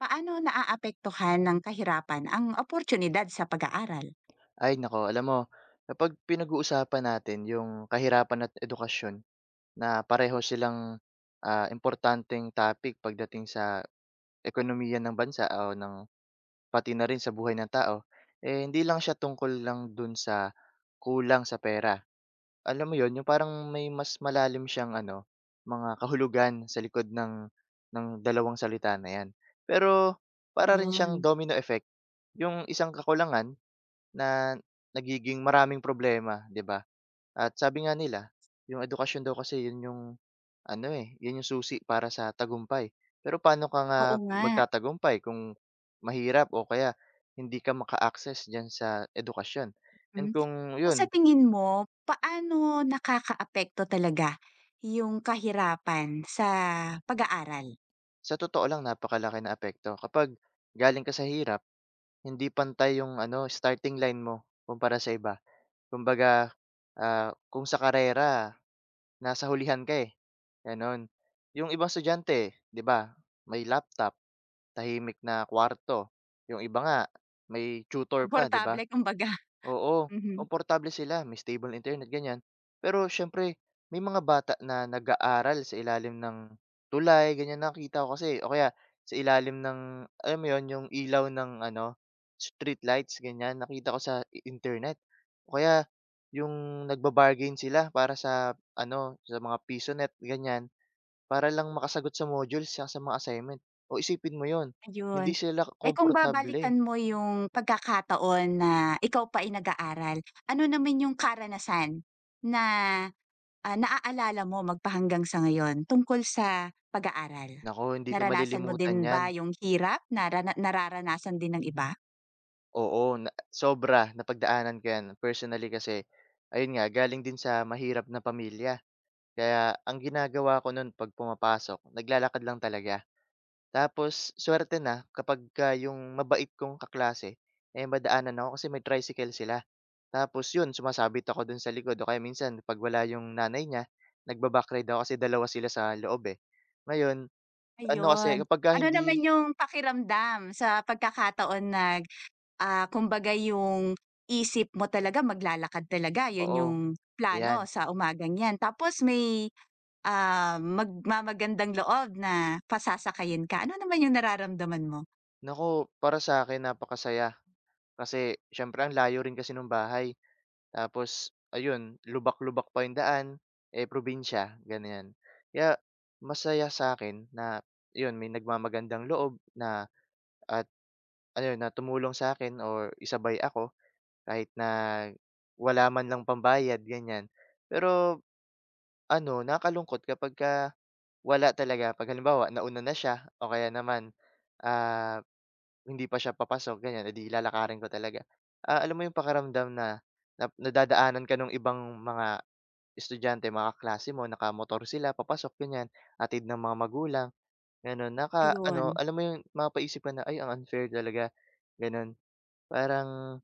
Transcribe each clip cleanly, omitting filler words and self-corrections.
Paano naaapektuhan ng kahirapan ang oportunidad sa pag-aaral? Ay naku, alam mo kapag pinag-uusapan natin yung kahirapan at edukasyon na pareho silang, importanteng topic pagdating sa ekonomiya ng bansa o ng pati na rin sa buhay ng tao, eh, hindi lang siya tungkol lang dun sa kulang sa pera. Alam mo yon yung parang may mas malalim siyang ano, mga kahulugan sa likod ng dalawang salita na yan. Pero para rin siyang Yun, domino effect, yung isang kakulangan na nagiging maraming problema, 'di ba? At sabi nga nila, yung edukasyon daw kasi yun yung ano, eh, yun yung susi para sa tagumpay. Pero paano ka nga oo nga. magtatagumpay kung mahirap o kaya hindi ka maka-access diyan sa edukasyon? And Hmm. kung Sa yun, tingin mo, paano nakakaapekto talaga yung kahirapan sa pag-aaral? sa totoo lang napakalaki na apekto kapag galing ka sa hirap, hindi pantay yung ano, starting line mo kumpara sa iba. Kumbaga, kung sa karera nasa hulihan ka, eh, gano'n. Yung ibang estudyante, 'di ba, may laptop, tahimik na kwarto, yung iba nga may tutor pa, 'di ba? Komportable kumbaga, Oo, mhm. komportable sila, may stable internet, ganyan. Pero siyempre, may mga bata na nag-aaral sa ilalim ng tulay, ganyan nakita ko kasi o kaya sa ilalim ng, alam mo 'yun, yung ilaw ng ano, street lights ganyan, nakita ko sa internet. O kaya yung nagba sila para sa ano, sa mga piso net ganyan, para lang makasagot sa modules tsaka sa mga assignment. O isipin mo yon, Ayun. hindi sila Eh, kung komportable, eh. babalikan mo yung pagkakataon na ikaw pa ay nag-aaral, ano naman yung karanasan na, naaalala mo magpahanggang sa ngayon tungkol sa pag-aaral? Naku, hindi ko Naranasan mo malilimutan din 'yan. ba yung hirap na rana nararanasan din ng iba? Oo, na sobra napagdaanan ko 'yan. Personally kasi, ayun nga galing din sa mahirap na pamilya. Kaya ang ginagawa ko no'n 'pag pumapasok naglalakad lang talaga. Tapos suwerte na kapagka yung mabait kong kaklase, eh, madaanan ako kasi may tricycle sila. Tapos 'yun sumasabit ako do'n sa likod o kaya minsan 'pag wala yung nanay niya, nagba-backride ako kasi dalawa sila sa loob, eh. Ngayon ano kasi Ayun. kapagka Ano naman hindi, yung pakiramdam sa pagkakataon, kumbaga yung isip mo talaga maglalakad talaga, yun oo, yung ayan. plano sa umagang yan. Tapos may magmamagandang loob na pasasakayin ka. Ano naman yung nararamdaman mo? Naku para sa'kin napakasaya. Kasi siyempre ang layo rin kasi nung bahay tapos ayun, lubak-lubak pa yung daan, eh, probinsya ganyan. Kaya masaya sa akin na yun may nagmamagandang loob na at ano na tumulong sa akin or isabay ako kahit na wala man lang pambayad ganyan. Pero ano, nakakalungkot kapagka wala talaga 'pag halimbawa nauna na siya o kaya naman, ah hindi pa siya papasok ganyan, eh, 'di lalakarin ko talaga. Ah, alam mo yung pakiramdam na nadadaanan ka nung ibang mga estudyante, mga kaklase mo, nakamotor sila papasok ganyan, hatid ng mga magulang, ganun, naka ano Ayun. alam mo yung mapaisip ka na, "Ay ang unfair talaga," gano'n. Parang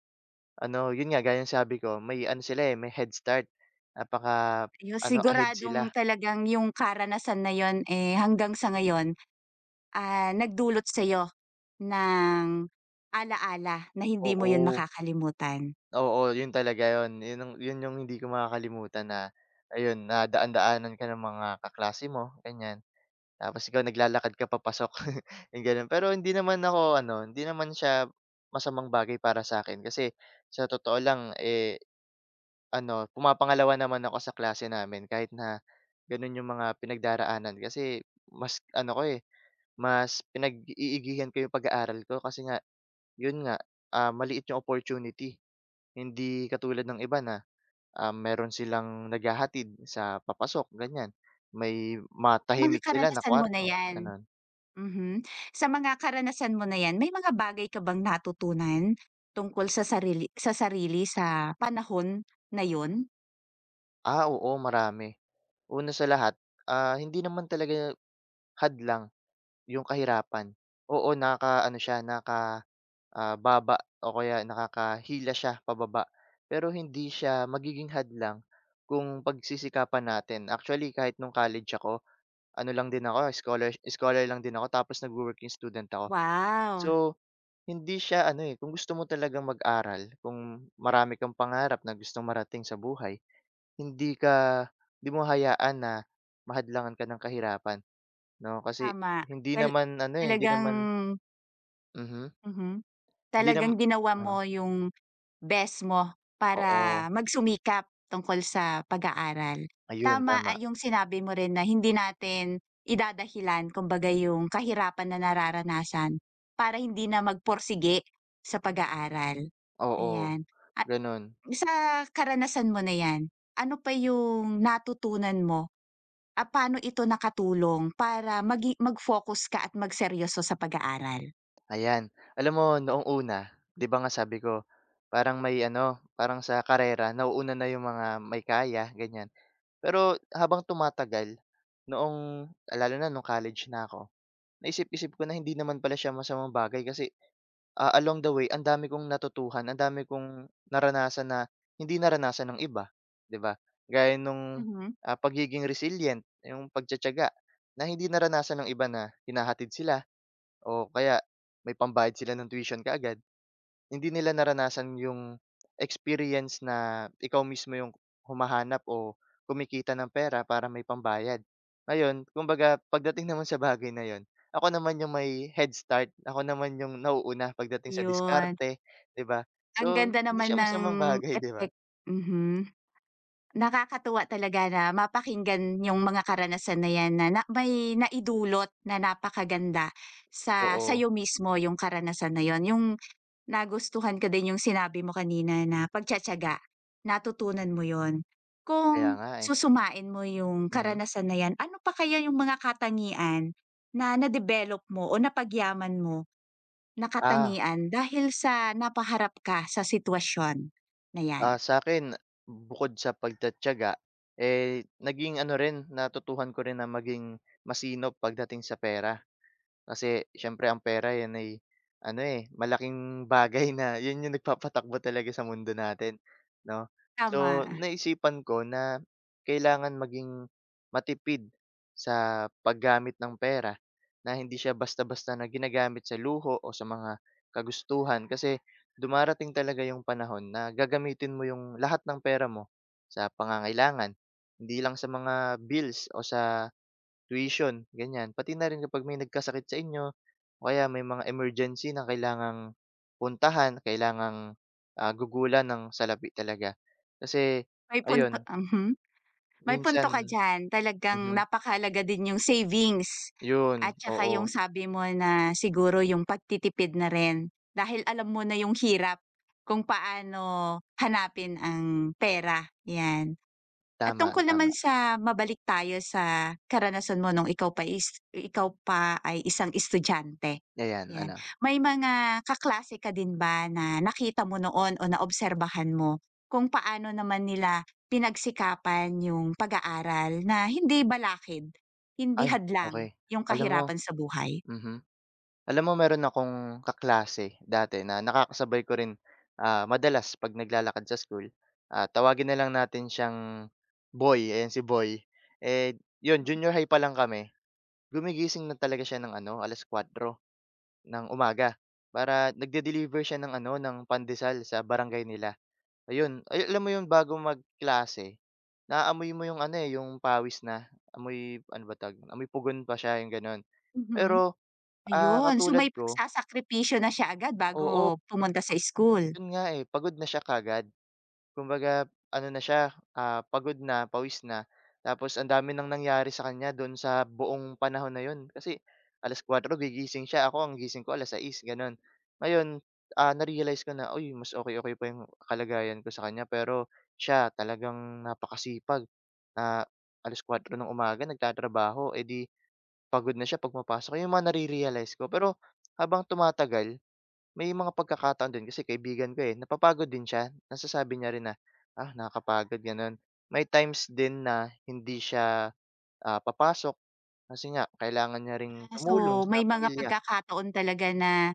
ano, yun nga gaya ng sabi ko, may ano sila, eh, may head start, napaka Yung ano, ahead sila, siguradong talagang yung karanasan na yun, eh, hanggang sa ngayon, nagdulot sa'yo ng ala-ala na hindi mo yun oo. makakalimutan. Oo, yun talaga yun. Yun ang yun yung hindi ko makakalimutan na ayun, na daan-daanan ka ng mga kaklase mo, ganyan. Tapos ikaw naglalakad ka papasok, yung gano'n. Pero hindi naman ako ano, hindi naman siya masamang bagay para sa akin kasi sa totoo lang, eh, ano, pumapangalawa naman ako sa klase namin kahit na gano'n yung mga pinagdaraanan. Kasi mas ano ko, eh, mas pinag-iigihan ko yung pag-aaral ko kasi nga yun nga, maliit yung opportunity. Hindi katulad ng iba na meron silang naghahatid sa papasok ganyan. May Sa mga matahimik sila na karanasan mo na kwarto, 'yan, gano'n. mhm. Sa mga karanasan mo na 'yan, may mga bagay ka bang natutunan tungkol sa sarili sa panahon na 'yun? Ah, oo marami. Una sa lahat, hindi naman talaga hadlang yung kahirapan. Oo, naka ano siya, naka baba o kaya nakakahila siya pababa, pero hindi siya magiging hadlang kung pagsisikapan natin. Actually kahit nung college ako, ano lang din ako, scholar scholar lang din ako tapos nagwo-working student ako. Wow, So hindi siya ano, eh, kung gusto mo talagang mag-aral, kung marami kang pangarap na gustong marating sa buhay, hindi ka hindi mo hayaan na mahadlangan ka ng kahirapan, 'no? Kasi tama. hindi Tal naman ano, eh, hindi talagang naman mhm, mhm, hindi naman talagang ginawa ah, mo 'yung best mo para oo, magsumikap tungkol sa pag-aaral. ayun Tama, tama, yung sinabi mo rin na hindi natin idadahilan kumbaga yung kahirapan na nararanasan para hindi na magporsige sa pag-aaral, oo, ayan. At gano'n, sa karanasan mo na 'yan, ano pa yung natutunan mo? Paano ito nakatulong para mag-focus ka at magseryoso sa pag-aaral? ayan. Alam mo noong una, 'di ba nga sabi ko, parang may ano, parang sa karera nauuna na yung mga may kaya, ganyan. Pero habang tumatagal, noong lalo na nung college na ako, naisip-isip ko na hindi naman pala siya masamang bagay kasi, ah, along the way ang dami kong natutuhan, ang dami kong naranasan na hindi naranasan ng iba, 'di ba? Gaya nung, Mhm, pagiging resilient, yung pagtitiyaga na hindi naranasan ng iba na hinahatid sila o kaya may pambayad sila ng tuition kaagad. Hindi nila naranasan yung experience na ikaw mismo yung humahanap o kumikita ng pera para may pambayad. Ngayon, kumbaga pagdating naman sa bagay na yun, ako naman yung may head start, ako naman yung nauuna pagdating sa 'yun. diskarte, 'di ba? Ang So, ganda hindi naman siya ng masamang bagay, 'di ba? epek mhm. Nakakatuwa talaga na mapakinggan yung mga karanasan na yan na na may naidulot na napakaganda sa Oo, sa'yo mismo yung karanasan na yun. Yung nagustuhan ko din yung sinabi mo kanina na pagtitiyaga, natutunan mo yon. kaya Kung nga, eh. susumain mo yung Mhm. karanasan na yan, ano pa kaya yung mga katangian na na-develop mo o napagyaman mo? Ah, Nakatangian dahil sa napaharap ka sa sitwasyon na 'yan, sa akin bukod sa pagtitiyaga, eh, naging ano rin, natutuhan ko rin na maging masinop pagdating sa pera. Kasi siyempre ang pera 'yan ay ano, eh, malaking bagay na 'yun yung nagpapatakbo talaga sa mundo natin, 'no? tama. So, naisipan ko na kailangan maging matipid sa paggamit ng pera, na hindi siya basta-basta na ginagamit sa luho o sa mga kagustuhan. Kasi dumarating talaga yung panahon na gagamitin mo yung lahat ng pera mo sa pangangailangan, hindi lang sa mga bills o sa tuition, ganyan. Pati na rin kapag may nagkasakit sa inyo o kaya may mga emergency na kailangang puntahan, kailangang, gugulan ng salapi talaga. Kasi May punto ayun, mhm. May punto minsan ka diyan, mhm, talagang napakahalaga din yung savings yun, at saka yung oo, sabi mo na siguro yung pagtitipid na rin dahil alam mo na yung hirap kung paano hanapin ang pera, 'yan. At tama, tungkol tama. naman sa mabalik tayo sa karanasan mo nung ikaw pa ay isang estudyante, Ayan, 'yan. ano? May mga kaklase ka din ba na nakita mo noon o naobserbahan mo kung paano naman nila pinagsikapan yung pag-aaral na hindi balakid, hindi Ay, hadlang okay. yung Alam mo kahirapan sa buhay. mhm. Alam mo meron akong kaklase dati na nakakasabay ko rin, madalas 'pag naglalakad sa school, tawagin na lang natin siyang Boy, ayan si Boy. Eh, 'yun junior high pa lang kami, gumigising na talaga siya ng ano, 4:00 ng umaga para nagde-deliver siya ng ano, ng pandesal sa barangay nila. Ayun, ay alam mo 'yun bago magklase, naaamoy mo 'yung ano, eh, 'yung pawis na, amoy ano ba tawag amoy pugon pa siya 'yung gano'n. Mhm, Pero, ayun. So, katulad may ko, pagsasakripisyo na siya agad oo. bago pumunta sa school. Yun nga, eh, pagod na siya kaagad. Kumbaga ano na siya, pagod na, pawis na. Tapos ang dami ng nangyari sa kanya dun sa buong panahon na yun. Kasi 4:00 gigising siya, ako ang gising ko 6:00, gano'n. Ngayon, na-realize ko na, uy, mas okay okay pa yung kalagayan ko sa kanya. Pero siya talagang napakasipag na 4:00 ng umaga nagtatrabaho, edi pagod na siya 'pag pumapasok. Yun yung mga nare-realize ko. Pero habang tumatagal may mga pagkakataon din kasi kaibigan ko, eh, napapagod din siya. Nasasabi niya rin na, "Ah, nakakapagod." Gano'n. May times din na hindi siya, papasok kasi nga kailangan niya ring, hmm, Ah, tumulong so, sa may mga pamilya. pagkakataon talaga na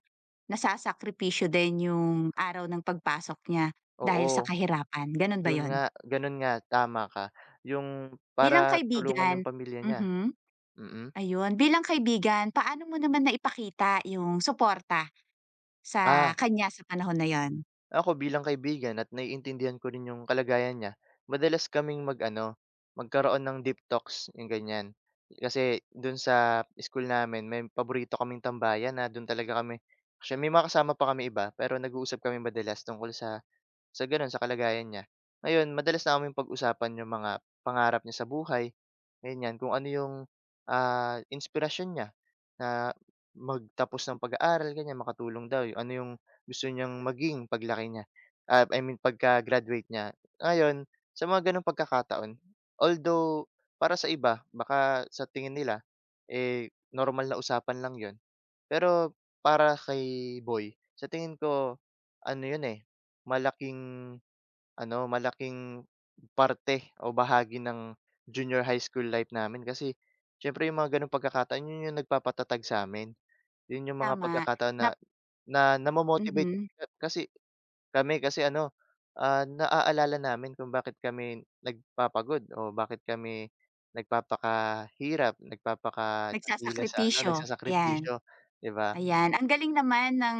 nasasakripisyo din yung araw ng pagpasok niya Oo, dahil sa kahirapan, gano'n ba 'yun yun? nga, gano'n nga, tama ka. 'Yung Bilang para tulungan kaibigan 'yung pamilya niya, mhm, mm. ayun. Bilang kaibigan, paano mo naman naipakita yung suporta sa Ah, kanya sa panahon na yun? ako bilang kaibigan at naiintindihan ko rin yung kalagayan niya, madalas kaming mag-ano, magkaroon ng deep talks, yung ganyan. Kasi dun sa school namin may paborito kaming tambayan na dun talaga kami actually may mga kasama pa kami iba, pero nag-uusap kami madalas tungkol sa gano'n, sa kalagayan niya. Ngayon, madalas naming pag-usapan yung mga pangarap niya sa buhay, ganyan. Kung ano yung, inspirasyon niya na magtapos ng pag-aaral, ganyan, makatulong daw. Yung ano yung gusto niyang maging paglaki niya, ah, I mean pagka-graduate niya. Ngayon, sa mga gano'ng pagkakataon, although para sa iba baka sa tingin nila, eh, normal na usapan lang yon. Pero para kay Boy, sa tingin ko ano 'yun, eh, malaking ano, malaking parte o bahagi ng junior high school life namin kasi siyempre yung mga gano'ng pagkakataon, yun yung nagpapatatag sa sa'min. Yun yung mga Tama, pagkakataon na nap na namo-motivate mhm, kasi kami kasi ano, naaalala namin kung bakit kami nagpapagod o bakit kami nagpapakahirap, nagpapakadakila sa ano, nagsasakripisyo, 'yan, nagsasakripisyo, 'di ba? ayan. Ang galing naman ng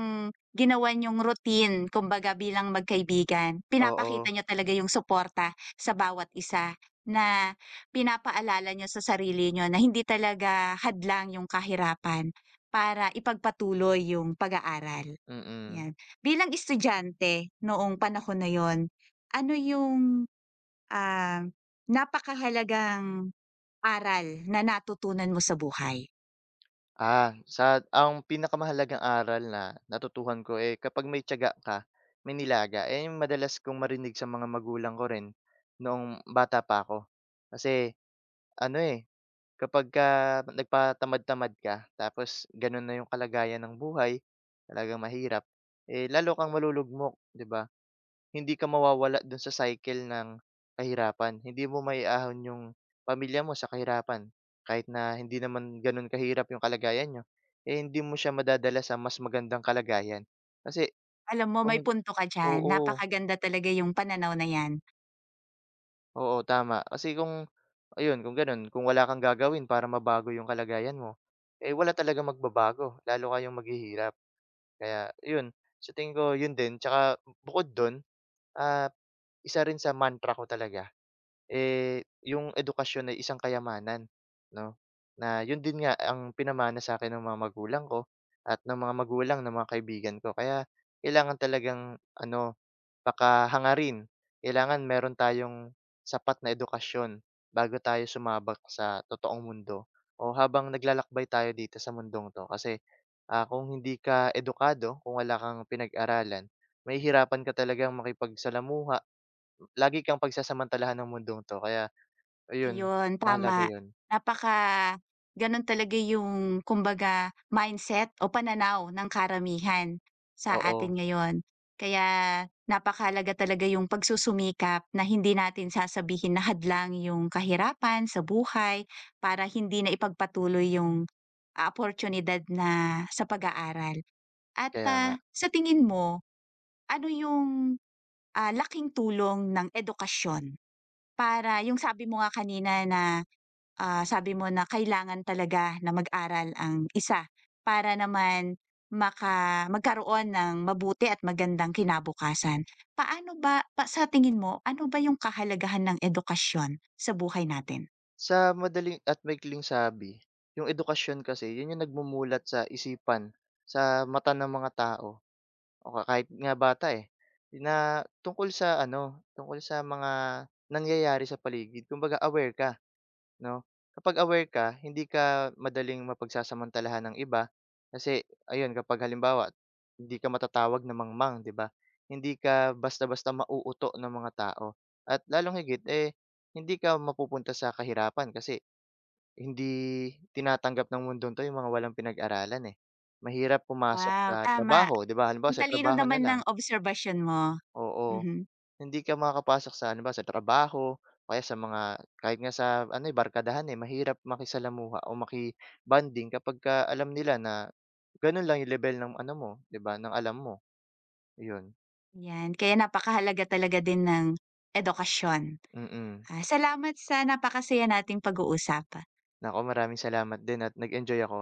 ginawa niyong routine kumbaga bilang magkaibigan. Oo, Pinapakita niyo talaga yung suporta sa bawat isa na pinapaalala niyo sa sarili niyo na hindi talaga hadlang yung kahirapan para ipagpatuloy yung pag-aaral, mm. 'yan. Bilang estudyante noong panahon na yun, ano yung ah, napakahalagang aral na natutunan mo sa buhay. Ah, sa ang pinakamahalagang aral na natutuhan ko, eh, kapag may tiyaga ka, may nilaga. Eh, yung madalas kong marinig sa mga magulang ko rin noong bata pa ako. Kasi ano, eh, kapagka nagpatamad-tamad ka tapos gano'n na yung kalagayan ng buhay, talagang mahirap, eh, lalo kang malulugmok, 'di ba? Hindi ka mawawala dun sa cycle ng kahirapan. Hindi mo maiahon yung pamilya mo sa kahirapan. Kahit na hindi naman ganun kahirap yung kalagayan niyo, eh, hindi mo siya madadala sa mas magandang kalagayan. Kasi Alam mo may kung punto ka diyan, Oo, napakaganda talaga yung pananaw na yan. oo, tama. Kasi kung ayun, kung ganun, kung wala kang gagawin para mabago yung kalagayan mo, eh, wala talaga magbabago, lalo kayong maghihirap. Kaya yun, sa tingin ko yun din. Tsaka bukod dun, ah, isa rin sa mantra ko talaga, eh, yung edukasyon ay isang kayamanan, 'no, na yun din nga ang pinamana sa akin ng mga magulang ko at ng mga magulang ng mga kaibigan ko. Kaya kailangan talagang ano, pakahangarin. Kailangan meron tayong sapat na edukasyon bago tayo sumabak sa totoong mundo o habang naglalakbay tayo dito sa mundong 'to. Kasi, kung hindi ka edukado, kung wala kang pinag-aralan, mahihirapan ka talagang makipagsalamuha. Lagi kang pagsasamantalahan ng mundong 'to kaya ayun, Ayun, mahalaga tama. 'yun. Napaka gano'n talaga yung kumbaga mindset o pananaw ng karamihan sa Oo, atin ngayon. Kaya napakahalaga talaga yung pagsusumikap na hindi natin sasabihin na hadlang yung kahirapan sa buhay para hindi na ipagpatuloy yung oportunidad na sa pag-aaral. At, kaya nga. ah, sa tingin mo, ano yung laking tulong ng edukasyon para yung sabi mo nga kanina na sabi mo na kailangan talaga na mag-aral ang isa para naman magkaroon ng mabuti at magandang kinabukasan. Paano ba pa sa tingin mo, ano ba yung kahalagahan ng edukasyon sa buhay natin? Sa madaling at maikling sabi, yung edukasyon kasi yun yung nagmumulat sa isipan, sa mata ng mga tao o ka kahit nga bata, eh, na tungkol sa ano, tungkol sa mga nangyayari sa paligid kumbaga aware ka. 'No? Kapag aware ka, hindi ka madaling mapagsasamantalahan ng iba kasi ayun, kapag halimbawa hindi ka matatawag na mangmang, 'di ba? Hindi ka basta-basta mauuto ng mga tao at lalong higit, eh, hindi ka mapupunta sa kahirapan kasi hindi tinatanggap ng mundo 'to yung mga walang pinag-aralan, eh. Mahirap pumasok Wow, sa tama. trabaho, 'di ba? Halimbawa Ang sa talino trabaho na naman ng lang, observation mo. oo. Mhm. Hindi ka makakapasok sa ano ba, sa trabaho o kaya sa mga kahit nga sa ano, eh, barkadahan, eh, mahirap makisalamuha o maki-bonding kapagka alam nila na ganun lang yung level ng ano mo, 'di ba, ng alam mo, 'yun. Yan, kaya napakahalaga talaga din ng edukasyon. Mm. Ah, salamat sa napakasaya nating pag-uusap. Naku, maraming salamat din at nag-enjoy ako.